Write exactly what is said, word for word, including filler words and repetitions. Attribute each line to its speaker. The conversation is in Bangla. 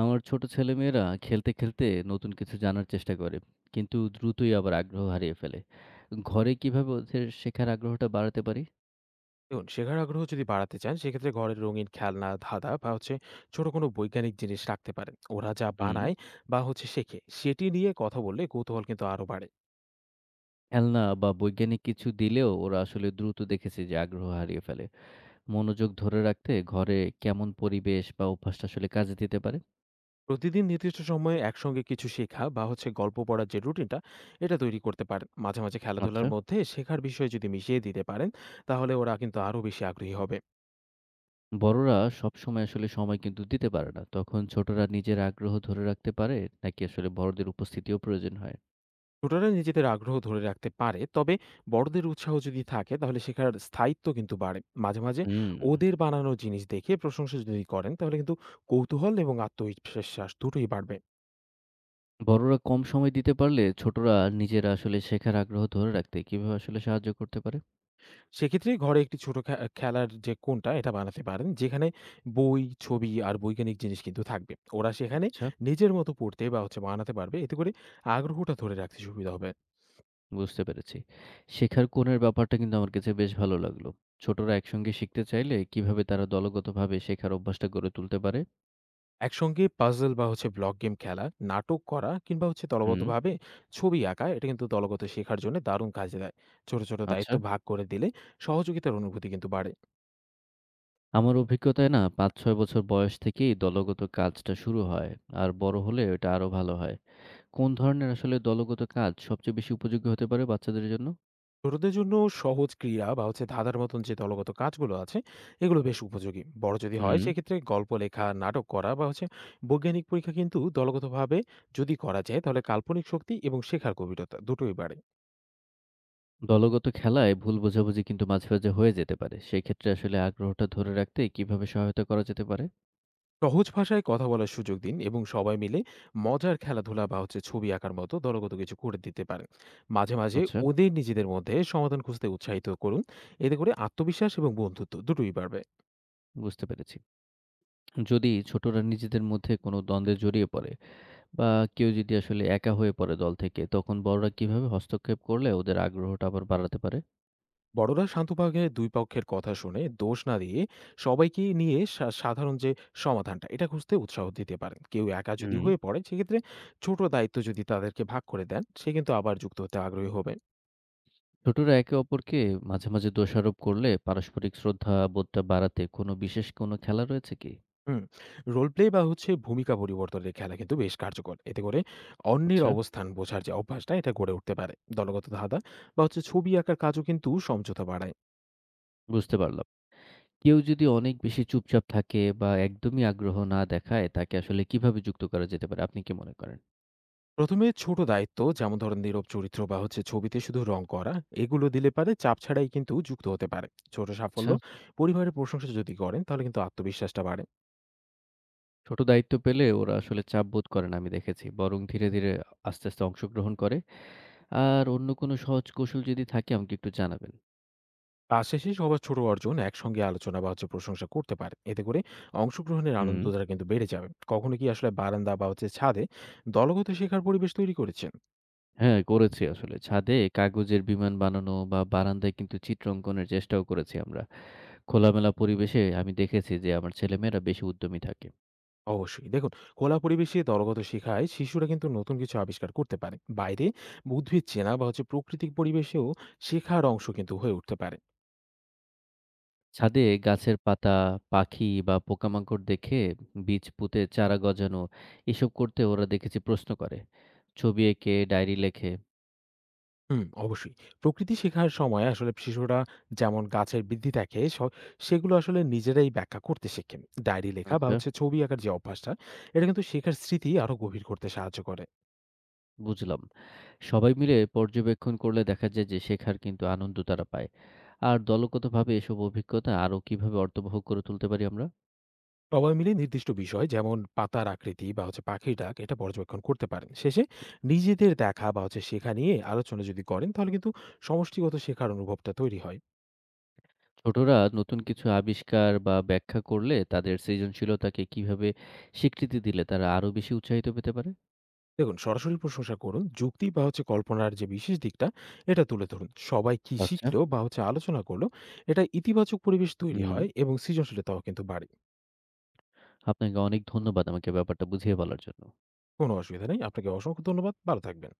Speaker 1: আমার ছোট ছেলেমেয়েরা খেলতে, খেলতে নতুন কিছু জানার চেষ্টা করে। কিন্তু দ্রুতই আবার আগ্রহ হারিয়ে ফেলে। ঘরে কিভাবে ওদের শেখার আগ্রহটা বাড়াতে পারি?
Speaker 2: দেখুন, শেখার আগ্রহ যদি বাড়াতে চান সেক্ষেত্রে ঘরের রঙিন খেলনা ধাঁধা বা হচ্ছে ছোট কোনো বৈজ্ঞানিক জিনিস রাখতে পারেন ওরা যা
Speaker 1: হুম।
Speaker 2: বানায় বা হচ্ছে শেখে সেটি নিয়ে কথা বললে কৌতূহল কিন্তু আরো বাড়ে।
Speaker 1: খেলনা বা বৈজ্ঞানিক কিছু দিলেও ওরা আসলে দ্রুত দেখেছে যে আগ্রহ হারিয়ে ফেলে। মনোযোগ ধরে রাখতে ঘরে কেমন পরিবেশ বা অভ্যাসটা আসলে কাজে দিতে পারে?
Speaker 2: প্রতিদিন নির্দিষ্ট সময়ে একসঙ্গে কিছু শেখা বা হচ্ছে গল্প পড়ার যে রুটিনটা এটা তৈরি করতে পারেন, মাঝে মাঝে
Speaker 1: আচ্ছা।
Speaker 2: খেলাধুলার মধ্যে শেখার বিষয় যদি মিশিয়ে দিতে পারেন তাহলে ওরা কিন্তু আরো বেশি আগ্রহী হবে।
Speaker 1: বড়রা সবসময় আসলে সময় কিন্তু দিতে পারে না। তখন ছোটরা নিজের আগ্রহ ধরে রাখতে পারে নাকি আসলে বড়দের উপস্থিতিও প্রয়োজন হয়?
Speaker 2: ছোটরা নিজেদের আগ্রহ ধরে রাখতে পারে, তবে বড়দের উৎসাহ যদি থাকে তাহলে শেখার স্থায়িত্ব কিন্তু বাড়ে। মাঝে মাঝে
Speaker 1: হুম।
Speaker 2: ওদের বানানো জিনিস দেখে প্রশংসা যদি করেন তাহলে কিন্তু কৌতূহল এবং আত্মবিশ্বাস দুটোই বাড়বে।
Speaker 1: বড়রা কম সময় দিতে পারলে ছোটরা নিজেরা আসলে শেখার আগ্রহ ধরে রাখতে কিভাবে আসলে সাহায্য করতে পারে?
Speaker 2: সেক্ষেত্রে ঘরে একটি ছোট খে- খেলার যে কোনটা এটা বানাতে পারেন, যেখানে বই ছবি আর বৈজ্ঞানিক জিনিস কিন্তু থাকবে। ওরা সেখানে
Speaker 1: আচ্ছা।
Speaker 2: নিজের মতো পড়তে বা হচ্ছে বানাতে পারবে, এতে করে আগ্রহটা ধরে রাখতে সুবিধা হবে।
Speaker 1: বুঝতে পেরেছি। শেখার কোণের ব্যাপারটা কিন্তু আমার কাছে বেশ ভালো লাগলো। ছোটরা একসঙ্গে শিখতে চাইলে কিভাবে তারা দলগতভাবে শেখার অভ্যাসটা গড়ে তুলতে পারে?
Speaker 2: একসঙ্গে পাজল বা হচ্ছে ব্লক গেম খেলা, নাটক করা কিংবা হচ্ছে
Speaker 1: হুম।
Speaker 2: দলবদ্ধভাবে ছবি আঁকা এটা কিন্তু দলগত শেখার জন্য দারুণ কাজে দেয়। ছোট, ছোট
Speaker 1: আচ্ছা।
Speaker 2: দায়িত্ব ভাগ করে দিলে সহযোগিতার অনুভূতি কিন্তু বাড়ে।
Speaker 1: আমার অভিজ্ঞতায় না পাঁচ ছয় বছর বয়স থেকেই দলগত কাজটা শুরু হয়, আর বড় হলে এটা আরো ভালো হয়। কোন ধরনের আসলে দলগত কাজ সবচেয়ে বেশি উপযোগী হতে পারে বাচ্চাদের জন্য?
Speaker 2: ছোটদের জন্য সহজ ক্রীড়া বা হচ্ছে ধাঁধার মতন যে দলগত কাজগুলো আছে এগুলো বেশ উপযোগী। বড় যদি হয়
Speaker 1: হুম।
Speaker 2: সেক্ষেত্রে গল্প লেখা, নাটক করা বা হচ্ছে বৈজ্ঞানিক পরীক্ষা কিন্তু দলগতভাবে যদি করা যায় তাহলে কাল্পনিক শক্তি এবং শেখার গভীরতা দুটোই বাড়ে।
Speaker 1: দলগত খেলায় ভুল বোঝাবুঝি কিন্তু মাঝে, মাঝে হয়ে যেতে পারে। সেই ক্ষেত্রে আসলে আগ্রহটা ধরে রাখতে কিভাবে সহায়তা করা যেতে পারে?
Speaker 2: সহজ ভাষায় কথা বলার সুযোগ দিন এবং সবাই মিলে মজার খেলাধুলা বা হচ্ছে ছবি আঁকার মতো দলগত কিছু করে দিতে পারেন। মাঝে মাঝে
Speaker 1: আচ্ছা,
Speaker 2: ওদের নিজেদের মধ্যে সমাধান খুঁজতে উৎসাহিত করুন, এতে করে আত্মবিশ্বাস এবং বন্ধুত্ব দুটোই বাড়বে।
Speaker 1: বুঝতে পেরেছি। যদি ছোটরা নিজেদের মধ্যে কোনো দ্বন্দ্বে জড়িয়ে পড়ে বা কেউ যদি আসলে একা হয়ে পড়ে দল থেকে, তখন বড়রা কিভাবে হস্তক্ষেপ করলে ওদের আগ্রহটা আবার বাড়াতে পারে?
Speaker 2: বড়রা শান্তভাবে দুই পক্ষের কথা শুনে দোষ না দিয়ে সবাইকে নিয়ে সা- সাধারণ যে সমাধানটা এটা খুঁজতে উৎসাহ দিতে পারেন। কেউ একা যদি
Speaker 1: হুম।
Speaker 2: হয়ে পড়ে সেক্ষেত্রে ছোট দায়িত্ব যদি তাদেরকে ভাগ করে দেন সে কিন্তু আবার যুক্ত হতে আগ্রহী হবে।
Speaker 1: ছোটরা একে অপরকে মাঝে, মাঝে দোষারোপ করলে পারস্পরিক শ্রদ্ধা বোধটা বাড়াতে কোনো বিশেষ কোনো খেলা রয়েছে কি?
Speaker 2: হুম। রোল প্লে বা হচ্ছে ভূমিকা পরিবর্তনের খেলা কিন্তু বেশ কার্যকর। এতে করে অন্যের
Speaker 1: আচ্ছা,
Speaker 2: অবস্থান বোঝার যে অভ্যাসটা এটা গড়ে উঠতে পারে। দলগত ধাঁধা বা হচ্ছে ছবি আঁকার কাজও কিন্তু সমঝোতা বাড়ায়।
Speaker 1: বুঝতে পারলাম। কেউ যদি অনেক বেশি চুপচাপ থাকে বা একদমই আগ্রহ না দেখায়, তাকে আসলে কিভাবে যুক্ত করা যেতে পারে? আপনি কি মনে করেন?
Speaker 2: প্রথম এ ছোট দায়িত্ব যেমন ধরেন নীরব চরিত্র বা হচ্ছে ছবিতে শুধু রং করা, এগুলো দিলে পারে চাপ ছাড়াই কিন্তু যুক্ত হতে পারে। ছোট
Speaker 1: আচ্ছা,
Speaker 2: সাফল্য পরিবারের প্রশংসা যদি করেন তাহলে কিন্তু আত্মবিশ্বাসটা বাড়ে।
Speaker 1: ছোট দায়িত্ব পেলে ওরা আসলে চাপ বোধ করে না, আমি দেখেছি। বরং ধীরে, ধীরে আস্তে, আস্তে অংশগ্রহণ করে। আর অন্য কোনো সহজ কৌশল যদি থাকে আমাকে একটু জানাবেন।
Speaker 2: কাজ শেষে সবার ছোট অর্জন একসঙ্গে আলোচনা বা হচ্ছে প্রশংসা করতে পারে, এতে করে অংশগ্রহণের
Speaker 1: হুম।
Speaker 2: আনন্দটা কিন্তু বেড়ে যাবে। কখনো কি আসলে বারান্দা বা হচ্ছে ছাদে দলগত শেখার পরিবেশ তৈরি করেছেন?
Speaker 1: হ্যাঁ, করেছি আসলে। ছাদে কাগজের বিমান বানানো বা বারান্দায় কিন্তু চিত্র অঙ্কনের চেষ্টাও করেছি আমরা। খোলামেলা পরিবেশে আমি দেখেছি যে আমার ছেলেমেয়েরা বেশি উদ্যমী থাকে।
Speaker 2: অবশ্যই দেখুন, খোলা পরিবেশে দলগত শেখায় শিশুরা কিন্তু নতুন কিছু আবিষ্কার করতে পারে। বাইরে উদ্ভিদ চেনা বা হচ্ছে প্রাকৃতিক পরিবেশেও শেখার অংশ কিন্তু হয়ে উঠতে পারে।
Speaker 1: ছাদে গাছের পাতা, পাখি বা পোকামাকড় দেখে, বীজ পুঁতে চারা গজানো এসব করতে ওরা দেখেছি প্রশ্ন করে, ছবি এঁকে ডায়েরি লেখে।
Speaker 2: হুম, অবশ্যই। প্রকৃতি শেখার সময় আসলে শিশুরা যেমন গাছের বৃদ্ধি দেখে, স সেগুলো আসলে নিজেরাই ব্যাখ্যা করতে শেখে। ডায়েরি লেখা বা
Speaker 1: আচ্ছা।
Speaker 2: হচ্ছে ছবি আঁকার যে অভ্যাসটা, এটা কিন্তু শেখার স্মৃতি আরো গভীর করতে সাহায্য করে।
Speaker 1: বুঝলাম। সবাই মিলে পর্যবেক্ষণ করলে দেখা যায় যে শেখার কিন্তু আনন্দ তারা পায়। আর দলগতভাবে এসব অভিজ্ঞতা আরো কিভাবে অর্থবহ করে তুলতে পারি আমরা?
Speaker 2: সবাই মিলে নির্দিষ্ট বিষয় যেমন পাতার আকৃতি বা হচ্ছে পাখির ডাক এটা পর্যবেক্ষণ করতে পারেন। শেষে নিজেদের দেখা বা হচ্ছে শেখা নিয়ে আলোচনা যদি করেন, তাহলে কিন্তু সমষ্টিগত শেখার অনুভবটা তৈরি হয়।
Speaker 1: ছোটরা নতুন কিছু আবিষ্কার বা ব্যাখ্যা করলে তাদের সৃজনশীলতাকে কিভাবে স্বীকৃতি দিলে তারা আরো বেশি উৎসাহিত পেতে পারে?
Speaker 2: দেখুন, সরাসরি প্রশংসা করুন, যুক্তি বা হচ্ছে কল্পনার যে বিশেষ দিকটা এটা তুলে ধরুন। সবাই কি
Speaker 1: আচ্ছা।
Speaker 2: শিখলো বা হচ্ছে আলোচনা করলো এটা ইতিবাচক পরিবেশ তৈরি
Speaker 1: হুম।
Speaker 2: হয় এবং সৃজনশীলতাও কিন্তু বাড়ে।
Speaker 1: আপনাকে অনেক ধন্যবাদ আমাকে ব্যাপারটা বুঝিয়ে বলার জন্য।
Speaker 2: কোনো অসুবিধা নেই, আপনাকে অসংখ্য ধন্যবাদ, ভালো থাকবেন।